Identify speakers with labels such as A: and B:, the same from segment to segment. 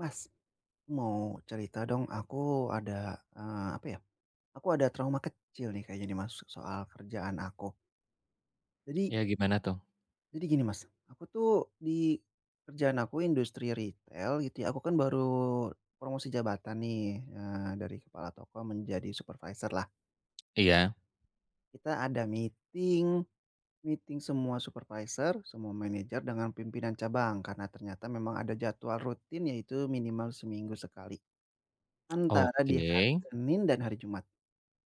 A: Mas, mau cerita dong, aku ada, eee, apa ya, aku ada trauma kecil nih kayaknya nih Mas, soal kerjaan aku. Jadi
B: Iya, gimana tuh?
A: jadi gini Mas, aku tuh di kerjaan aku industri retail gitu ya, aku kan baru promosi jabatan nih, dari kepala toko menjadi supervisor lah.
B: Iya.
A: Kita ada meeting meeting semua supervisor, semua manajer dengan pimpinan cabang karena ternyata memang ada jadwal rutin, yaitu minimal seminggu sekali, antara di
B: Oke.
A: hari Senin dan hari Jumat.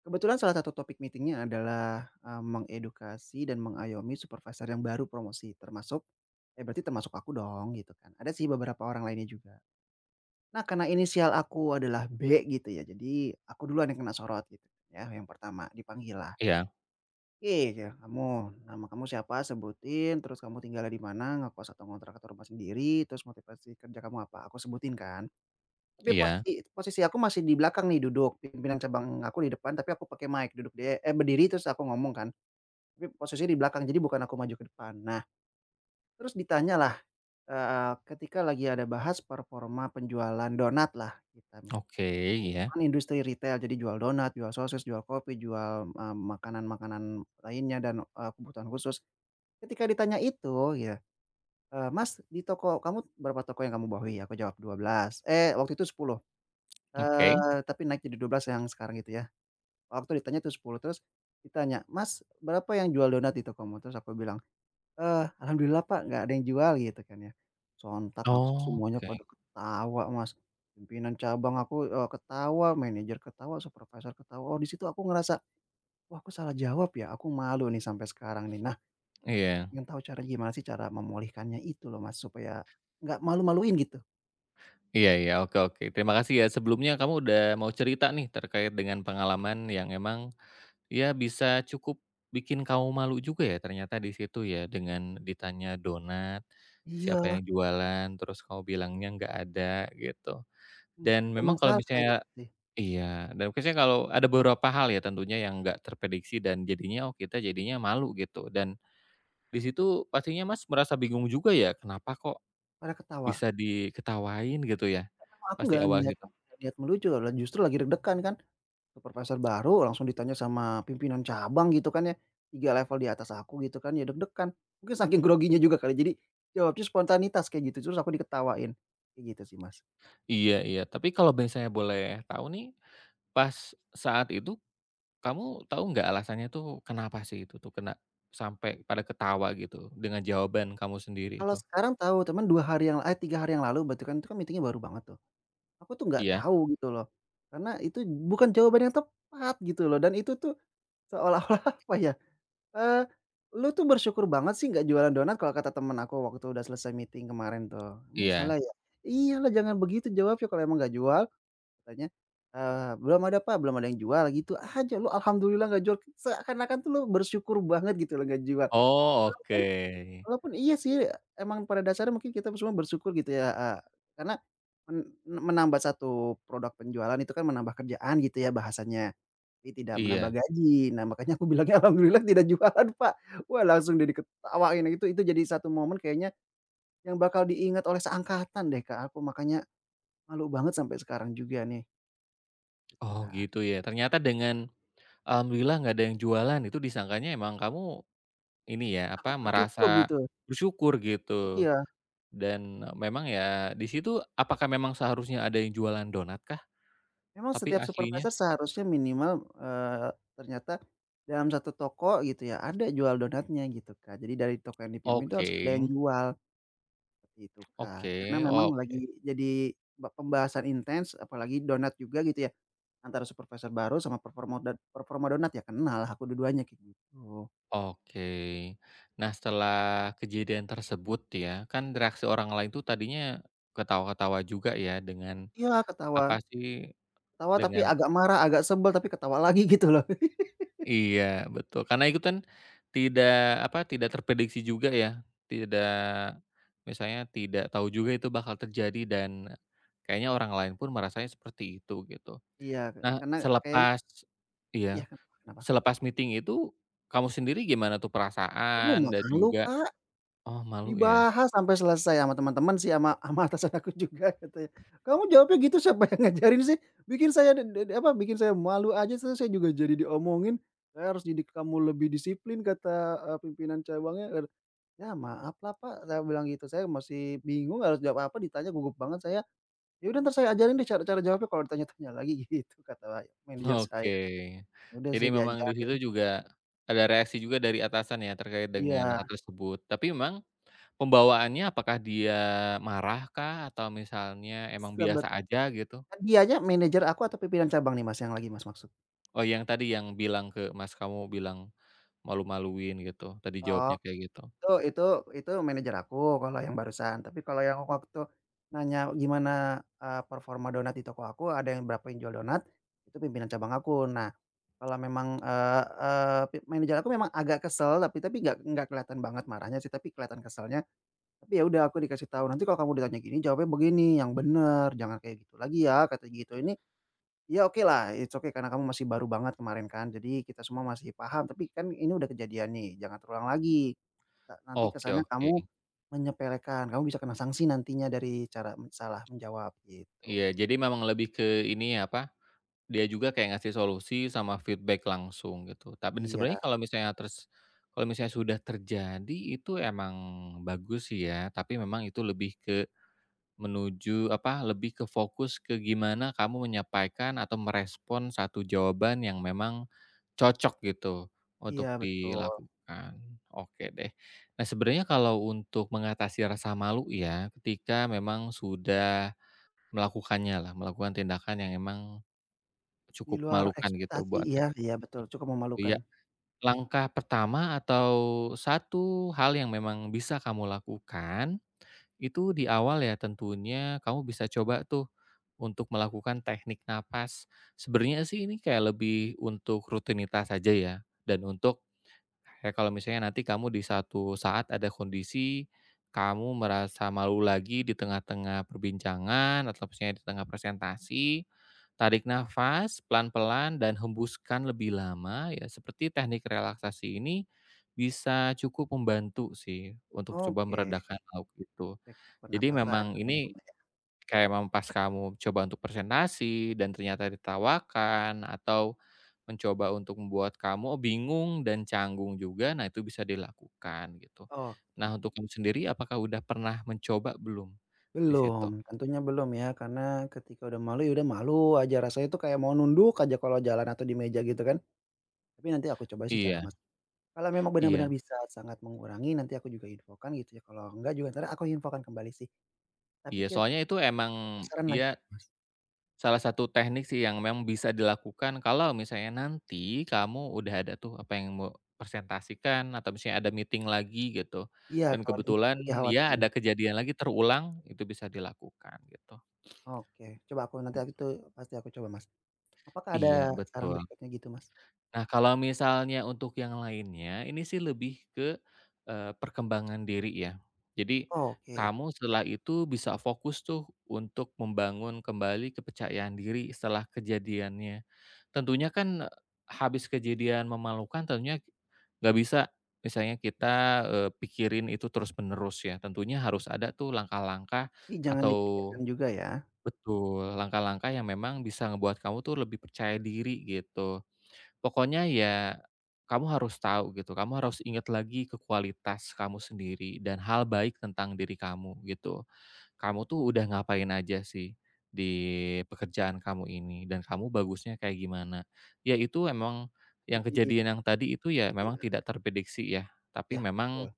A: Kebetulan salah satu topik meetingnya adalah, mengedukasi dan mengayomi supervisor yang baru promosi, berarti termasuk aku dong, gitu kan. Ada sih beberapa orang lainnya juga. Nah, karena inisial aku adalah B gitu ya, jadi aku duluan yang kena sorot gitu kan ya, yang pertama dipanggil lah,
B: Iya,
A: "Ih, ya kamu, nama kamu siapa? Sebutin, terus kamu tinggalnya di mana? Ngekos atau ngontrak atau rumah sendiri? Terus motivasi kerja kamu apa?" Aku sebutin kan. Tapi
B: iya.
A: posisi posisi aku masih di belakang nih duduk, pimpinan cabang aku di depan tapi aku pakai mic dia berdiri terus aku ngomong kan, tapi posisinya di belakang jadi bukan aku maju ke depan. Nah, terus ditanyalah, ketika lagi ada bahas performa penjualan donat lah kita mah.
B: Oke. Iya.
A: Kan industri retail, jadi jual donat, jual sosis, jual kopi, jual, makanan-makanan lainnya, dan, kebutuhan khusus. Ketika ditanya itu ya, "Mas, di toko kamu berapa toko yang kamu bawahi?" Aku jawab, 12. Eh, waktu itu 10.
B: Oke.
A: Tapi naik jadi 12 yang sekarang itu ya. Waktu ditanya itu 10, terus ditanya, "Mas, berapa yang jual donat di tokomu?" Terus aku bilang, Alhamdulillah Pak, nggak ada yang jual," gitu kan ya. Sontak langsung semuanya
B: Oke.
A: pada ketawa Mas, pimpinan cabang aku, ketawa, manajer ketawa, supervisor ketawa. Oh, di situ aku ngerasa, "Wah, aku salah jawab ya? Aku malu nih sampai sekarang nih." Nah,
B: Iya.
A: pengen tahu cara gimana sih cara memulihkannya itu loh Mas, supaya nggak malu-maluin gitu.
B: Iya, iya. Oke, oke. Terima kasih ya sebelumnya kamu udah mau cerita nih terkait dengan pengalaman yang emang ya bisa cukup bikin kamu malu juga ya, ternyata di situ ya, dengan ditanya donat, siapa
A: Iya,
B: yang jualan, terus kamu bilangnya nggak ada gitu.
A: mungkin
B: Dan memang
A: memang
B: kalau
A: salah kayaknya
B: misalnya
A: sih,
B: iya, dan khususnya kalau ada beberapa hal ya tentunya yang nggak terprediksi dan jadinya oh, kita jadinya malu gitu, dan di situ pastinya Mas merasa bingung juga ya, kenapa kok
A: pada ketawa.
B: bisa diketawain gitu ya, pas
A: Aku
B: di
A: nggak
B: awal
A: niat
B: gitu?
A: nggak niat melucu, lah justru lagi deg-degan kan, ke profesor baru langsung ditanya sama pimpinan cabang gitu kan ya, 3 level di atas aku gitu kan, ya deg-degan. Mungkin saking groginya juga kali, jadi jawabnya spontanitas kayak gitu, terus aku diketawain, kayak gitu sih, Mas.
B: Iya, iya, tapi kalau misalnya boleh tahu nih, pas saat itu kamu tahu nggak alasannya tuh kenapa sih itu tuh kena sampai pada ketawa gitu dengan jawaban kamu sendiri
A: Kalau
B: itu?
A: sekarang tahu, cuman 2 hari yang eh, 3 hari yang lalu berarti kan, itu kan meeting-nya baru banget tuh. Aku tuh nggak
B: Iya,
A: tahu gitu loh, karena itu bukan jawaban yang tepat gitu loh, dan itu tuh seolah-olah apa ya, Eee, lu tuh bersyukur banget sih nggak jualan donat kalau kata temen aku waktu udah selesai meeting kemarin tuh. Emang
B: iya.
A: salah ya? "Iyalah, jangan begitu jawabnya kalau emang nggak jual," katanya, "belum ada Pak, belum ada yang jual," gitu aja. "Lu alhamdulillah nggak jual, seakan-akan tuh lu bersyukur banget gitu loh nggak jual."
B: Oh,
A: Kan
B: oke.
A: walaupun iya sih, emang pada dasarnya mungkin kita semua bersyukur gitu ya, karena men menambah satu produk penjualan itu kan menambah kerjaan gitu ya bahasanya. Tapi tidak menambah
B: Iya.
A: gaji. Nah, makanya aku bilangnya, "Alhamdulillah tidak jualan, Pak." Wah, langsung jadi ketawain, itu jadi satu momen kayaknya yang bakal diingat oleh seangkatan deh, Kak, aku makanya malu banget sampai sekarang juga nih,
B: Oh
A: Kak.
B: gitu ya, ternyata dengan alhamdulillah nggak ada yang jualan itu disangkanya emang kamu ini ya, apa,
A: Sangat bersyukur
B: merasa
A: gitu.
B: bersyukur gitu.
A: Iya,
B: Dan e, memang ya di situ apakah memang seharusnya ada yang jualan donat kah?
A: memang
B: Tapi
A: setiap
B: aslinya
A: supervisor seharusnya minimal, eee, ternyata dalam satu toko gitu ya, ada jual donatnya gitu, Kak. Jadi dari toko yang dipimpin itu
B: oke,
A: harus ada yang jual. Seperti itu, Kak, karena
B: oke,
A: memang
B: oh
A: lagi jadi pembahasan intens apalagi Donat juga gitu ya, antara supervisor baru sama performa dan performa Donat ya kenal aku dua-duanya kayak gitu.
B: oke. Nah, setelah kejadian tersebut ya, kan reaksi orang lain tuh tadinya ketawa-ketawa juga ya dengan,
A: Iya
B: apa
A: ketawa,
B: sih,
A: ketawa tapi
B: dengan
A: agak marah, agak sebel, tapi ketawa lagi gitu loh.
B: iya betul, karena itu kan tidak apa, tidak terprediksi juga ya, tidak misalnya tidak tahu juga itu bakal terjadi dan kayaknya orang lain pun merasanya seperti itu gitu.
A: Iya,
B: Nah,
A: karena kayaknya
B: selepas
A: iya,
B: iya,
A: kenapa kenapa, Kak?
B: selepas meeting itu kamu sendiri gimana tuh
A: Aduh,
B: perasaan dan
A: malu,
B: juga
A: Kak.
B: oh malu ya?
A: Dibahas sampai selesai sama teman-teman sih, sama sama atasan aku juga katanya, "Kamu jawabnya gitu, siapa yang ngajarin sih? Bikin saya de de apa, bikin saya malu aja, terus saya juga jadi diomongin, saya harus didik kamu lebih disiplin," kata, pimpinan cabangnya, "Ya maaf lah Pak," saya bilang gitu, "saya masih bingung harus jawab apa, ditanya gugup banget saya." "Ya udah, entar saya ajarin deh cara cara jawabnya kalau ditanya-tanya lagi," gitu kata manajer saya.
B: Oke,
A: Ya udah
B: jadi
A: sih,
B: memang di situ
A: diajarin.
B: juga ada reaksi juga dari atasan ya terkait dengan
A: Iya,
B: hal tersebut, tapi memang pembawaannya apakah dia marah kah atau misalnya emang
A: sebet
B: biasa aja gitu?
A: kan dianya manajer aku atau pimpinan cabang nih Mas yang lagi Mas maksud?
B: Oh, yang tadi yang bilang ke Mas, kamu bilang malu-maluin gitu, tadi
A: Oh.
B: jawabnya kayak gitu.
A: Itu itu itu manajer aku kalau yang barusan, tapi kalau yang waktu nanya gimana, performa donat di toko aku, ada yang berapa yang jual donat, itu pimpinan cabang aku. Nah, kalau memang, eee eee, pi manajer aku memang agak kesel, tapi nggak kelihatan banget marahnya sih, tapi kelihatan keselnya. Tapi ya udah, aku dikasih tahu, "Nanti kalau kamu ditanya gini jawabnya begini, yang bener, jangan kayak gitu lagi ya," kata gitu. Ya lah, it's okay karena kamu masih baru banget kemarin kan, jadi kita semua masih paham, tapi kan ini udah kejadian nih, jangan terulang lagi. Nanti
B: Oke,
A: kesannya
B: oke.
A: kamu menyepelekan, kamu bisa kena sanksi nantinya dari cara salah menjawab,
B: Iya,
A: gitu.
B: jadi memang lebih ke ini ya, apa, dia juga kayak ngasih solusi sama feedback langsung gitu. Tapi
A: Iya
B: sebenarnya kalau misalnya terus kalau misalnya sudah terjadi itu emang bagus sih ya, tapi memang itu lebih ke menuju apa, lebih ke fokus ke gimana kamu menyampaikan atau merespon satu jawaban yang memang cocok gitu untuk
A: iya betul,
B: dilakukan. Oke deh. Nah, sebenarnya kalau untuk mengatasi rasa malu ya, ketika memang sudah melakukannya lah, melakukan tindakan yang emang
A: di
B: cukup
A: luar
B: malukan gitu
A: ekspektasi,
B: buatan.
A: iya iya betul, cukup memalukan.
B: Iya, langkah pertama atau satu hal yang memang bisa kamu lakukan itu di awal ya tentunya kamu bisa coba tuh untuk melakukan teknik napas. Sebenarnya sih ini kayak lebih untuk rutinitas saja ya, dan untuk kayak kalau misalnya nanti kamu di satu saat ada kondisi kamu merasa malu lagi di tengah-tengah perbincangan atau misalnya di tengah presentasi, tarik nafas pelan-pelan dan hembuskan lebih lama ya, seperti teknik relaksasi ini bisa cukup membantu sih untuk coba
A: Oke,
B: meredakan lauk itu.
A: teknik
B: Jadi
A: pernapasan
B: memang
A: yang
B: ini
A: pertama ya,
B: kayak memang pas kamu coba untuk presentasi dan ternyata ditawakan atau mencoba untuk membuat kamu oh, bingung dan canggung juga, nah itu bisa dilakukan gitu. Nah,
A: oke.
B: untuk kamu sendiri apakah udah pernah mencoba belum di situ?
A: Belum, tentunya belum ya, karena ketika udah malu, ya udah malu aja, rasanya tuh kayak mau nunduk aja kalau jalan atau di meja gitu kan, tapi nanti aku coba sih cara
B: Iya,
A: Mas. Kalau memang benar-benar
B: iya,
A: bisa sangat mengurangi, nanti aku juga infokan gitu ya, kalau enggak juga entar aku infokan kembali sih. Tapi
B: iya,
A: kira-kira
B: soalnya itu emang
A: penasaran lagi,
B: ya salah satu teknik sih yang memang bisa dilakukan kalau misalnya nanti kamu udah ada tuh apa yang mau presentasikan atau misalnya ada meeting lagi gitu,
A: iya,
B: dan
A: kalau diminta
B: kebetulan
A: lagi
B: ya
A: khawatirnya.
B: ada kejadian lagi terulang, itu bisa dilakukan gitu.
A: Oke, coba aku nanti aku itu pasti aku coba, Mas. Apakah ada
B: Iya
A: saran
B: betul.
A: berikutnya gitu, Mas?
B: Nah, kalau misalnya untuk yang lainnya, ini sih lebih ke, perkembangan diri ya. Jadi,
A: Oke,
B: kamu setelah itu bisa fokus tuh untuk membangun kembali kepercayaan diri setelah kejadiannya. Tentunya kan, eh, habis kejadian memalukan tentunya nggak bisa misalnya kita, pikirin itu terus-menerus ya, tentunya harus ada tuh langkah-langkah
A: ini jangan
B: atau
A: dipikirkan juga ya.
B: betul, langkah-langkah yang memang bisa ngebuat kamu tuh lebih percaya diri gitu. Pokoknya ya, kamu harus tahu gitu, kamu harus ingat lagi ke kualitas kamu sendiri dan hal baik tentang diri kamu gitu. Kamu tuh udah ngapain aja sih di pekerjaan kamu ini dan kamu bagusnya kayak gimana. Ya itu emang yang
A: Jadi
B: kejadian yang tadi itu ya memang
A: iya,
B: tidak terprediksi ya, tapi
A: iya,
B: memang
A: betul.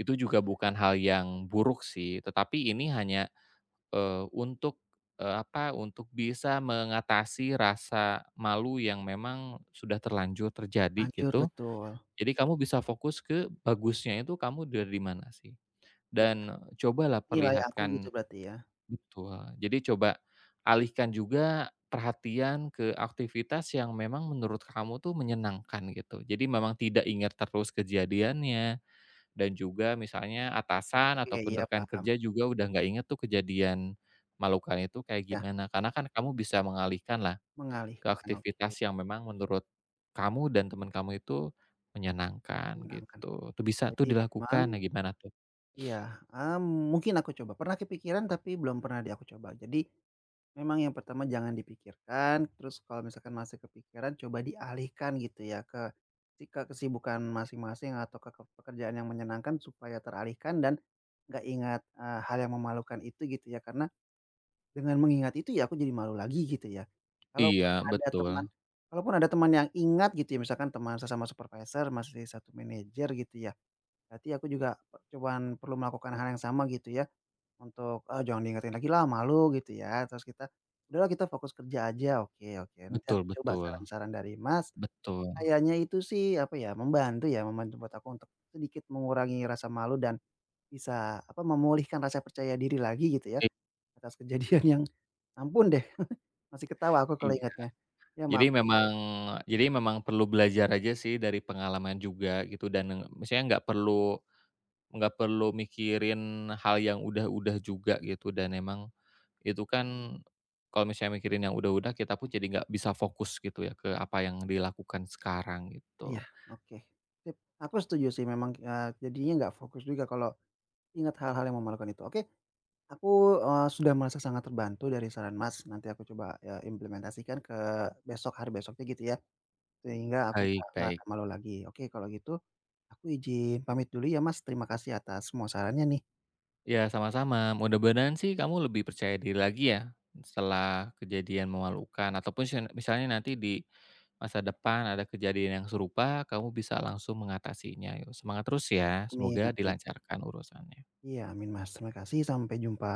B: itu juga bukan hal yang buruk sih, tetapi ini hanya untuk, apa, untuk bisa mengatasi rasa malu yang memang sudah terlanjur terjadi
A: Terlanjur,
B: gitu.
A: betul.
B: Jadi kamu bisa fokus ke bagusnya itu kamu dari mana sih?
A: Iya,
B: Dan cobalah
A: nilai aku gitu
B: perlihatkan
A: berarti ya?
B: betul, jadi coba alihkan juga perhatian ke aktivitas yang memang menurut kamu tuh menyenangkan gitu. Jadi memang tidak ingat terus kejadiannya dan juga misalnya atasan
A: Oke,
B: ataupun
A: iya
B: rekan
A: paham.
B: kerja juga udah nggak inget tuh kejadian malukan itu kayak
A: Ya,
B: gimana, karena kan kamu bisa mengalihkan lah ke
A: mengalihkan, oke,
B: aktivitas yang memang menurut kamu dan teman kamu itu menyenangkan
A: menenangkan.
B: gitu. Itu bisa tuh
A: Jadi memang
B: dilakukan, nah gimana tuh?
A: iya, eee, mungkin aku coba, pernah kepikiran tapi belum pernah deh aku coba. Jadi memang yang pertama jangan dipikirkan, terus kalau misalkan masih kepikiran, coba dialihkan gitu ya ke ke kesibukan masing-masing atau ke pekerjaan yang menyenangkan supaya teralihkan dan nggak ingat, hal yang memalukan itu gitu ya. Karena dengan mengingat itu ya aku jadi malu lagi gitu ya.
B: Iya,
A: Kalaupun ada teman
B: betul.
A: kalaupun ada teman yang ingat gitu ya, misalkan teman sesama supervisor, masih satu manajer gitu ya. Berarti aku juga cuman perlu melakukan hal yang sama gitu ya, untuk, "Ah, jangan diingetin lagi lah, malu," gitu ya. Terus kita, "Udahlah kita fokus kerja aja." Oke oke, nanti
B: Betul,
A: aku coba
B: betul,
A: saran-saran dari Mas,
B: betul.
A: kayaknya itu sih, apa ya, membantu buat aku untuk sedikit mengurangi rasa malu dan bisa, apa, memulihkan rasa percaya diri lagi gitu ya,
B: I
A: atas kejadian yang ampun deh, masih ketawa aku kalau
B: iya.
A: ingatnya. Ya
B: Jadi
A: maaf
B: memang, jadi memang perlu belajar aja sih dari pengalaman juga gitu dan, misalnya nggak perlu nggak perlu mikirin hal yang udah-udah juga gitu dan emang itu kan kalau misalnya mikirin yang udah-udah kita pun jadi nggak bisa fokus gitu ya ke apa yang dilakukan sekarang
A: iya,
B: gitu.
A: oke. Sip, aku setuju sih memang, jadinya nggak fokus juga kalau ingat hal-hal yang memalukan itu. Oke. Aku, sudah merasa sangat terbantu dari saran Mas, nanti aku coba, implementasikan ke besok, hari besoknya gitu ya, sehingga aku
B: Baik,
A: nggak ngerasa
B: baik.
A: malu lagi. Oke kalau gitu, aku izin pamit dulu ya Mas, terima kasih atas semua sarannya nih.
B: Ya sama-sama, mudah-mudahan sih kamu lebih percaya diri lagi ya setelah kejadian memalukan ataupun sen misalnya nanti di masa depan ada kejadian yang serupa kamu bisa langsung mengatasinya yo. Semangat terus ya,
A: Amin
B: semoga
A: amin.
B: dilancarkan urusannya.
A: Iya amin Mas, terima kasih, sampai jumpa.